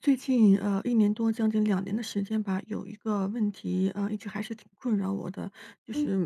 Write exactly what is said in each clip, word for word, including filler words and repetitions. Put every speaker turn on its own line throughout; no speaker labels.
最近呃一年多，将近两年的时间吧，有一个问题，呃，一直还是挺困扰我的，就
嗯
是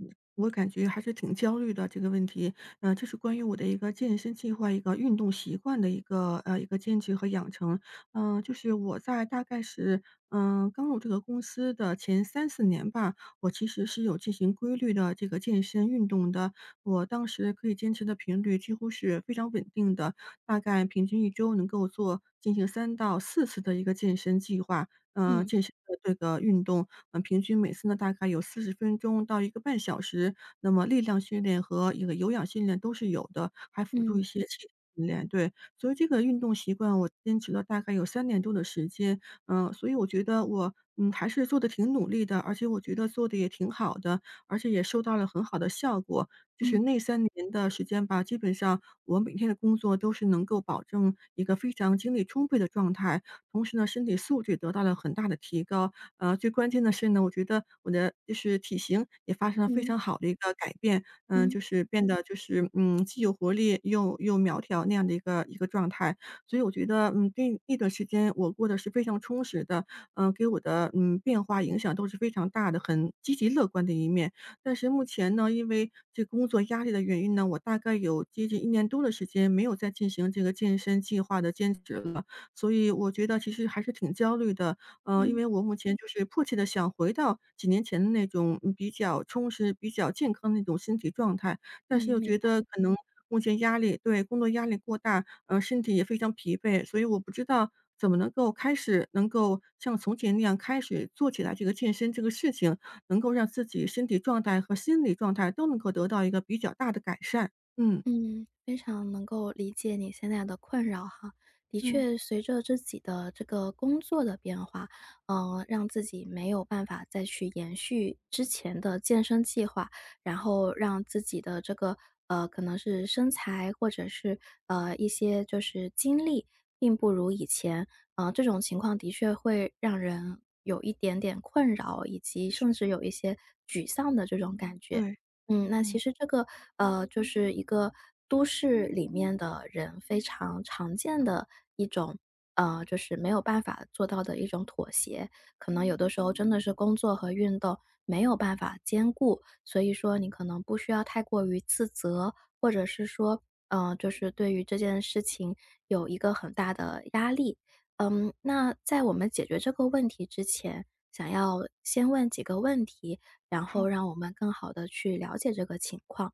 嗯我感觉还是挺焦虑的这个问题。呃，这是关于我的一个健身计划，一个运动习惯的一个呃，一个坚持和养成。嗯呃，就是我在大概是，嗯呃刚入这个公司的前三四年吧，我其实是有进行规律的这个健身运动的，我当时可以坚持的频率几乎是非常稳定的，大概平均一周能够做进行三到四次的一个健身计划。呃，
嗯
健身的这个运动，嗯，平均每次呢大概有四十分钟到一个半小时，那么力量训练和一个有氧训练都是有的，还辅助
嗯
一些器械训练。对。所以这个运动习惯我坚持了大概有三年多的时间。嗯，所以我觉得我，嗯，还是做的挺努力的，而且我觉得做的也挺好的，而且也收到了很好的效果。就是
嗯
那三年的时间吧，基本上我每天的工作都是能够保证一个非常精力充沛的状态，同时呢，身体素质得到了很大的提高。呃，最关键的是呢，我觉得我的就是体型也发生了非
嗯
常好的一个改变，嗯，
嗯
就是变得就是，嗯，既有活力又又苗条那样的一个一个状态。所以我觉得，嗯，那那段时间我过得是非常充实的，嗯，给我的，嗯，变化影响都是非常大的，很积极乐观的一面。但是目前呢，因为这工作压力的原因呢，我大概有接近一年多的时间没有再进行这个健身计划的兼职了，所以我觉得其实还是挺焦虑的。呃，因
嗯
为我目前就是迫切的想回到几年前的那种，嗯比较充实、比较健康的那种身体状态，
嗯，
但是又
明
觉
白。
得可能目前压力，对，工作压力过大，呃，身体也非常疲惫，所以我不知道怎么能够开始能够像从前那样开始做起来这个健身这个事情，能够让自己身体状态和心理状态都能够得到一个比较大的改善。嗯。
嗯，非常能够理解你现在的困扰哈。的
嗯，
确，随着自己的这个工作的变化，嗯，让自己没有办法再去延续之前的健身计划，然后让自己的这个呃，可能是身材或者是呃一些就是精力，并不如以前。呃，这种情况的确会让人有一点点困扰，以及甚
是
至
的，
有一些沮丧的这种感觉。
对，
嗯，那其
嗯，
实这个，呃，就是一个都市里面的人非常常见的一种，呃，就是没有办法做到的一种妥协。可能有的时候真的是工作和运动没有办法兼顾，所以说你可能不需要太过于自责，或者是说，呃，就是对于这件事情有一个很大的压力。嗯，那在我们解决这个问题之前，想要先问几个问题，然后
好，
让我们更好的去了解这个情况。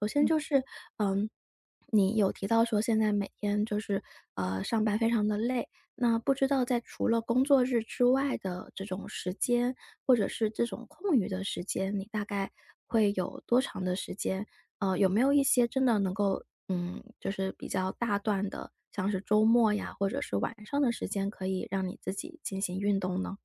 首先
嗯。
就是，嗯，你有提到说现在每天就是，呃，上班非常的累，那不知道在除了工作日之外的这种时间，或者是这种空余的时间，你大概会有多长的时间？呃，有没有一些真的能够，嗯，就是比较大段的，像是周末呀，或者是晚上的时间可以让你自己进行运动呢？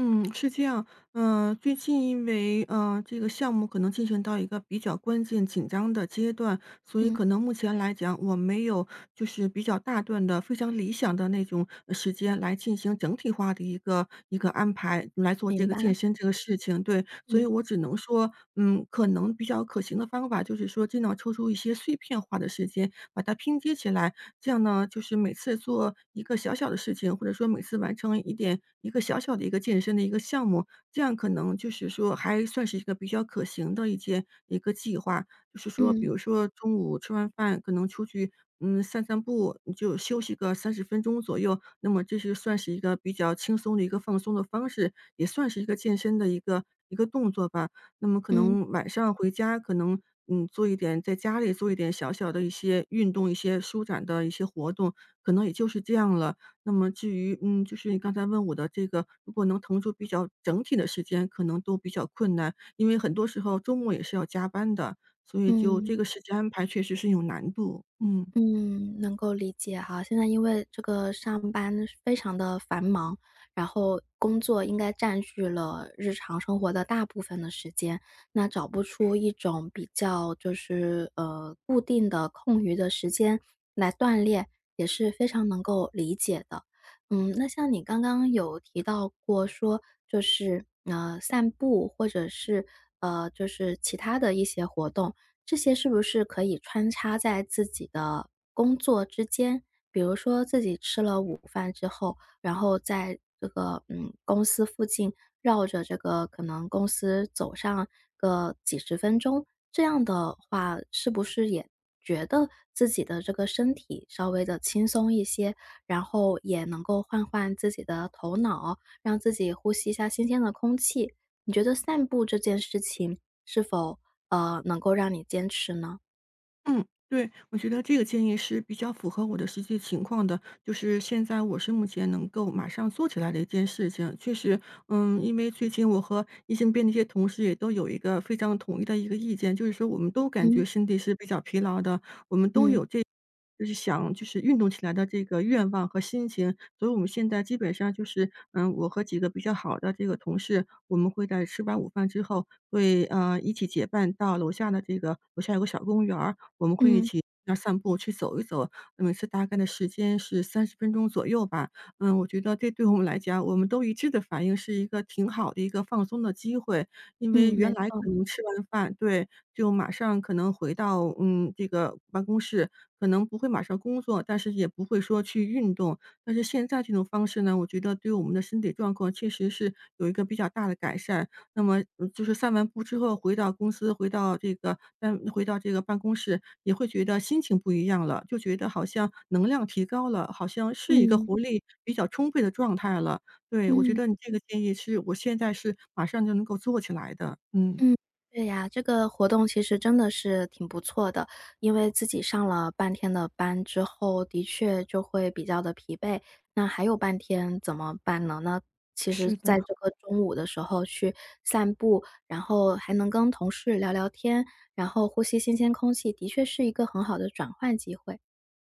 嗯，是这样。嗯、最近因为呃这个项目可能进行到一个比较关键紧张的阶段，所以
嗯，
可能目前来讲，我没有就是比较大段的、非常理想的那种呃时间来进行整体化的一个一个安排来做这
明
个健
白，
身这个事情。对，所以
嗯，
我只能说，嗯，可能比较可行的方法就是说，尽量抽出一些碎片化的时间，把它拼接起来，这样呢，就是每次做一个小小的事情，或者说每次完成一点一个小小的一个健身的一个项目，这样可能就是说还算是一个比较可行的一件一个计划。就是说，比
嗯，
如说中午吃完饭，可能出去嗯散散步，你就休息个三十分钟左右。那么这是算是一个比较轻松的一个放松的方式，也算是一个健身的一个一个动作吧。那么可
嗯。
能晚上回家，可能嗯做一点在家里做一点小小的一些运动、一些舒展的一些活动，可能也就是这样了。那么至于嗯，就是你刚才问我的这个，如果能腾出比较整体的时间，可能都比较困难，因为很多时候周末也是要加班的，所以就
嗯，
这个时间安排确实是有难度。嗯。
嗯，能够理解哈。现在因为这个上班非常的繁忙，然后工作应该占据了日常生活的大部分的时间，那找不出一种比较就是，呃，固定的空余的时间来锻炼，也是非常能够理解的。嗯，那像你刚刚有提到过说，就是，呃，散步或者是，呃，就是其他的一些活动，这些是不是可以穿插在自己的工作之间？比如说自己吃了午饭之后，然后在这个，嗯，公司附近绕着这个可能公司走上个几十分钟，这样的话是不是也觉得自己的这个身体稍微的轻松一些，然后也能够换换自己的头脑，让自己呼吸一下新鲜的空气？你觉得散步这件事情是否呃，能够让你坚持呢？
嗯，对，我觉得这个建议是比较符合我的实际情况的，就是现在我是目前能够马上做起来的一件事情。确实，嗯，因为最近我和医生边的一些同事也都有一个非常统一的一个意见，就是说我们都感
嗯，
觉身体是比较疲劳的，我们都
嗯。
有这就是想就是运动起来的这个愿望和心情。所以我们现在基本上就是，嗯，我和几个比较好的这个同事，我们会在吃完午饭之后会，呃，一起结伴到楼下的这个楼下有个小公园儿，我们会一
嗯，
起那儿散步去走一走，每次大概的时间是三十分钟左右吧。嗯，我觉得这对我们来讲，我们都一致的反应是一个挺好的一个放松的机会。因为
嗯，
原
没
来
错。
可能吃完饭，对，就马上可能回到，嗯，这个办公室，可能不会马上工作，但是也不会说去运动。但是现在这种方式呢，我觉得对我们的身体状况确实是有一个比较大的改善。那么，嗯就是散完步之后回到公司，回到这个但回到这个办公室，也会觉得心情不一样了，就觉得好像能量提高了，好像是一个
嗯，
活力比较充沛的状态了。对，我觉
嗯，
得你这个建议是我现在是马上就能够做起来的，嗯。
嗯。对呀，这个活动其实真的是挺不错的，因为自己上了半天的班之后，的确就会比较的疲惫，那还有半天怎么办呢？那其实
是
在
的，
这个中午的时候去散步，然后还能跟同事聊聊天，然后呼吸新鲜空气，的确是一个很好的转换机会。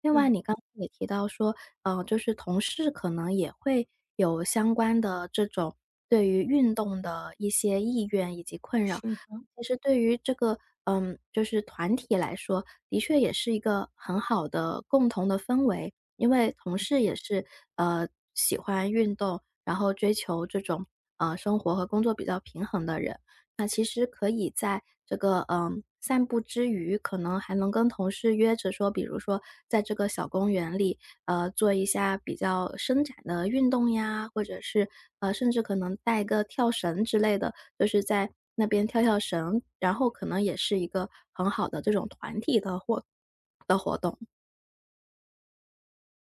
另外，
对。
你刚刚也提到说，呃，就是同事可能也会有相关的这种对于运动的一些意愿以及困扰。
是的。
其实对于这个，嗯，就是团体来说，的确也是一个很好的共同的氛围。因为同事也是，呃，喜欢运动，然后追求这种，呃，生活和工作比较平衡的人。那其实可以在这个，嗯，散步之余，可能还能跟同事约着说，比如说在这个小公园里，呃，做一下比较伸展的运动呀，或者是，呃，甚至可能带个跳绳之类的，就是在那边跳跳绳，然后可能也是一个很好的这种团体的活的活动。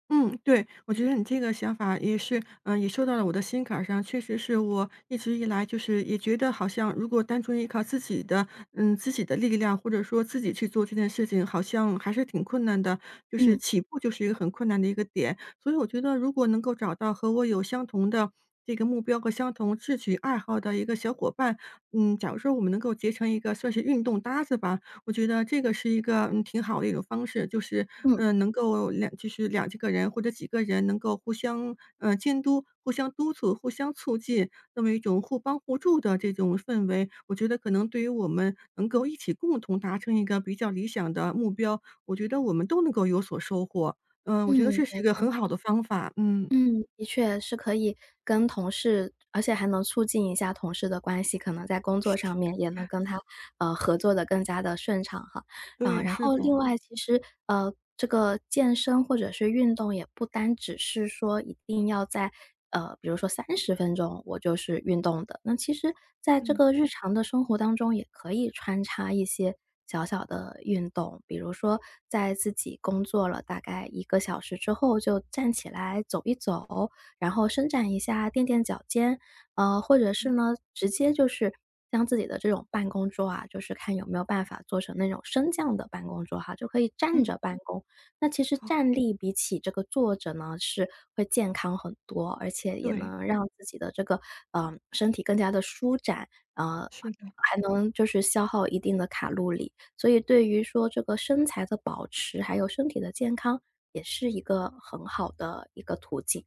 嗯，对，我觉得你这个想法也是，嗯，也说到了我的心坎儿上。确实是我一直以来就是也觉得好像，如果单纯依靠自己的，嗯，自己的力量，或者说自己去做这件事情，好像还是挺困难的，就是
嗯，
起步就是一个很困难的一个点。所以我觉得，如果能够找到和我有相同的这个目标和相同志趣爱好的一个小伙伴，嗯，假如说我们能够结成一个算是运动搭子吧，我觉得这个是一个，嗯，挺好的一种方式，就是，
嗯，
嗯，呃能够两就是两这个人或者几个人能够互相，嗯监督、互相督促、互相促进，那么一种互帮互助的这种氛围，我觉得可能对于我们能够一起共同达成一个比较理想的目标，我觉得我们都能够有所收获。嗯，我觉得
嗯，
这
没
是一个
错，
很好的方法，嗯，
嗯，的确是可以跟同事而且还能促进一下同事的关系，可能在工作上面也能跟他，呃，合作的更加的顺畅哈。啊，
对，
然
是的，
后另外其实，呃，这个健身或者是运动也不单只是说一定要在，呃，比如说三十分钟我就是运动的，那其实在这
嗯，
个日常的生活当中也可以穿插一些小小的运动。比如说在自己工作了大概一个小时之后就站起来走一走，然后伸展一下、垫垫脚尖，呃，或者是
嗯
呢，直接就是将自己的这种办公桌啊，就是看有没有办法做成那种升降的办公桌哈，就可以站
嗯，
着办公。那其实
好。
站立比起这个坐着呢，是会健康很多，而且也
对，
能让自己的这个，呃，身体更加的舒展，呃，
是的。
还能就是消耗一定的卡路里。所以对于说这个身材的保持，还有身体的健康，也是一个很好的一个途径。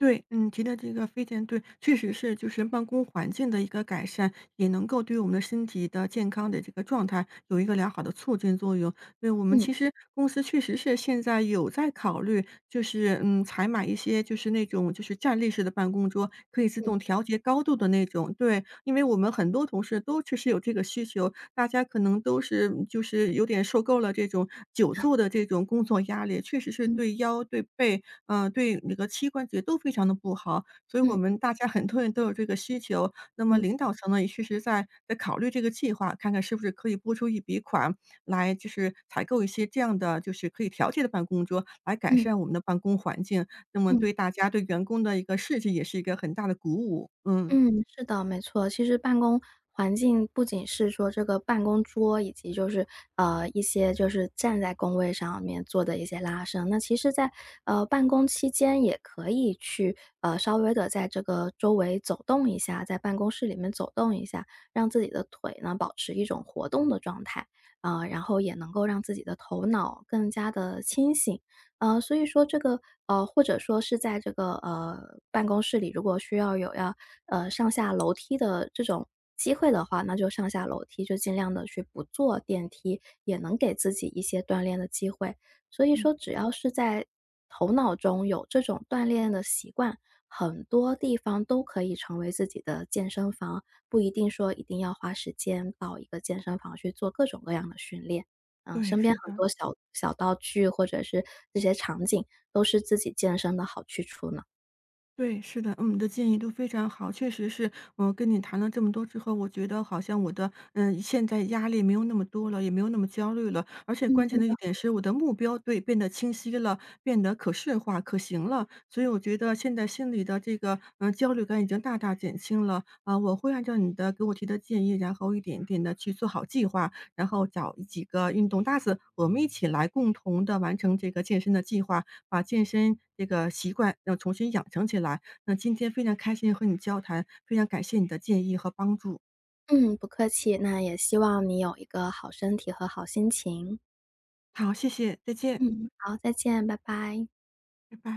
对，嗯，提的这个飞常对，确实是就是办公环境的一个改善，也能够对我们的身体的健康的这个状态有一个良好的促进作用。对，我们
嗯，
其实公司确实是现在有在考虑，就是嗯，采买一些就是那种就是站立式的办公桌，可以自
嗯，
动调节高度的那种。对，因为我们很多同事都确实有这个需求，大家可能都是就是有点受够了这种久坐的这种工作压力，确实是
嗯，
对腰对背，嗯，对那个膝关节都非常的不好，所以我
嗯，
们大家很多人都有这个需求。那么
嗯，
领导层呢，也确实在在考虑这个计划，看看是不是可以拨出一笔款来，就是采购一些这样的就是可以调节的办公桌，来改
嗯。
善我们的办公环境。那么
嗯
对大家对员工的一个士气也是一个很大的鼓舞，嗯。
嗯，是的，没错。其实办公环境不仅是说这个办公桌，以及就是呃一些就是站在工位上面做的一些拉伸，那其实在呃办公期间也可以去呃稍微的在这个周围走动一下，在办公室里面走动一下，让自己的腿呢保持一种活动的状态啊、呃然后也能够让自己的头脑更加的清醒。呃，所以说这个呃，或者说是在这个呃办公室里，如果需要有要呃，上下楼梯的这种机会的话，那就上下楼梯，就尽量的去不坐电梯，也能给自己一些锻炼的机会。所以
嗯，
说只要是在头脑中有这种锻炼的习惯，很多地方都可以成为自己的健身房，不一定说一定要花时间到一个健身房去做各种各样的训练。嗯，
对，
身边
是
很
的。
多小小道具或者是这些场景，都是自己健身的好去处呢。
对，是的，嗯，你的建议都非常好，确实是，我跟你谈了这么多之后，我觉得好像我的，嗯，现在压力没有那么多了，也没有那么焦虑了，而且关键的一
嗯。
点是我的目标，对，变得清晰了，变得可视化、可行了，所以我觉得现在心里的这个，嗯，焦虑感已经大大减轻了，啊、我会按照你的给我提的建议，然后一点一点的去做好计划，然后找几个运动搭子，我们一起来共同的完成这个健身的计划，把健身这个习惯要重新养成起来。那今天非常开心和你交谈，非常感谢你的建议和帮助。
嗯，不客气，那也希望你有一个好身体和好心情。
好，谢谢，再见，
嗯，好，再见，拜拜。
拜拜。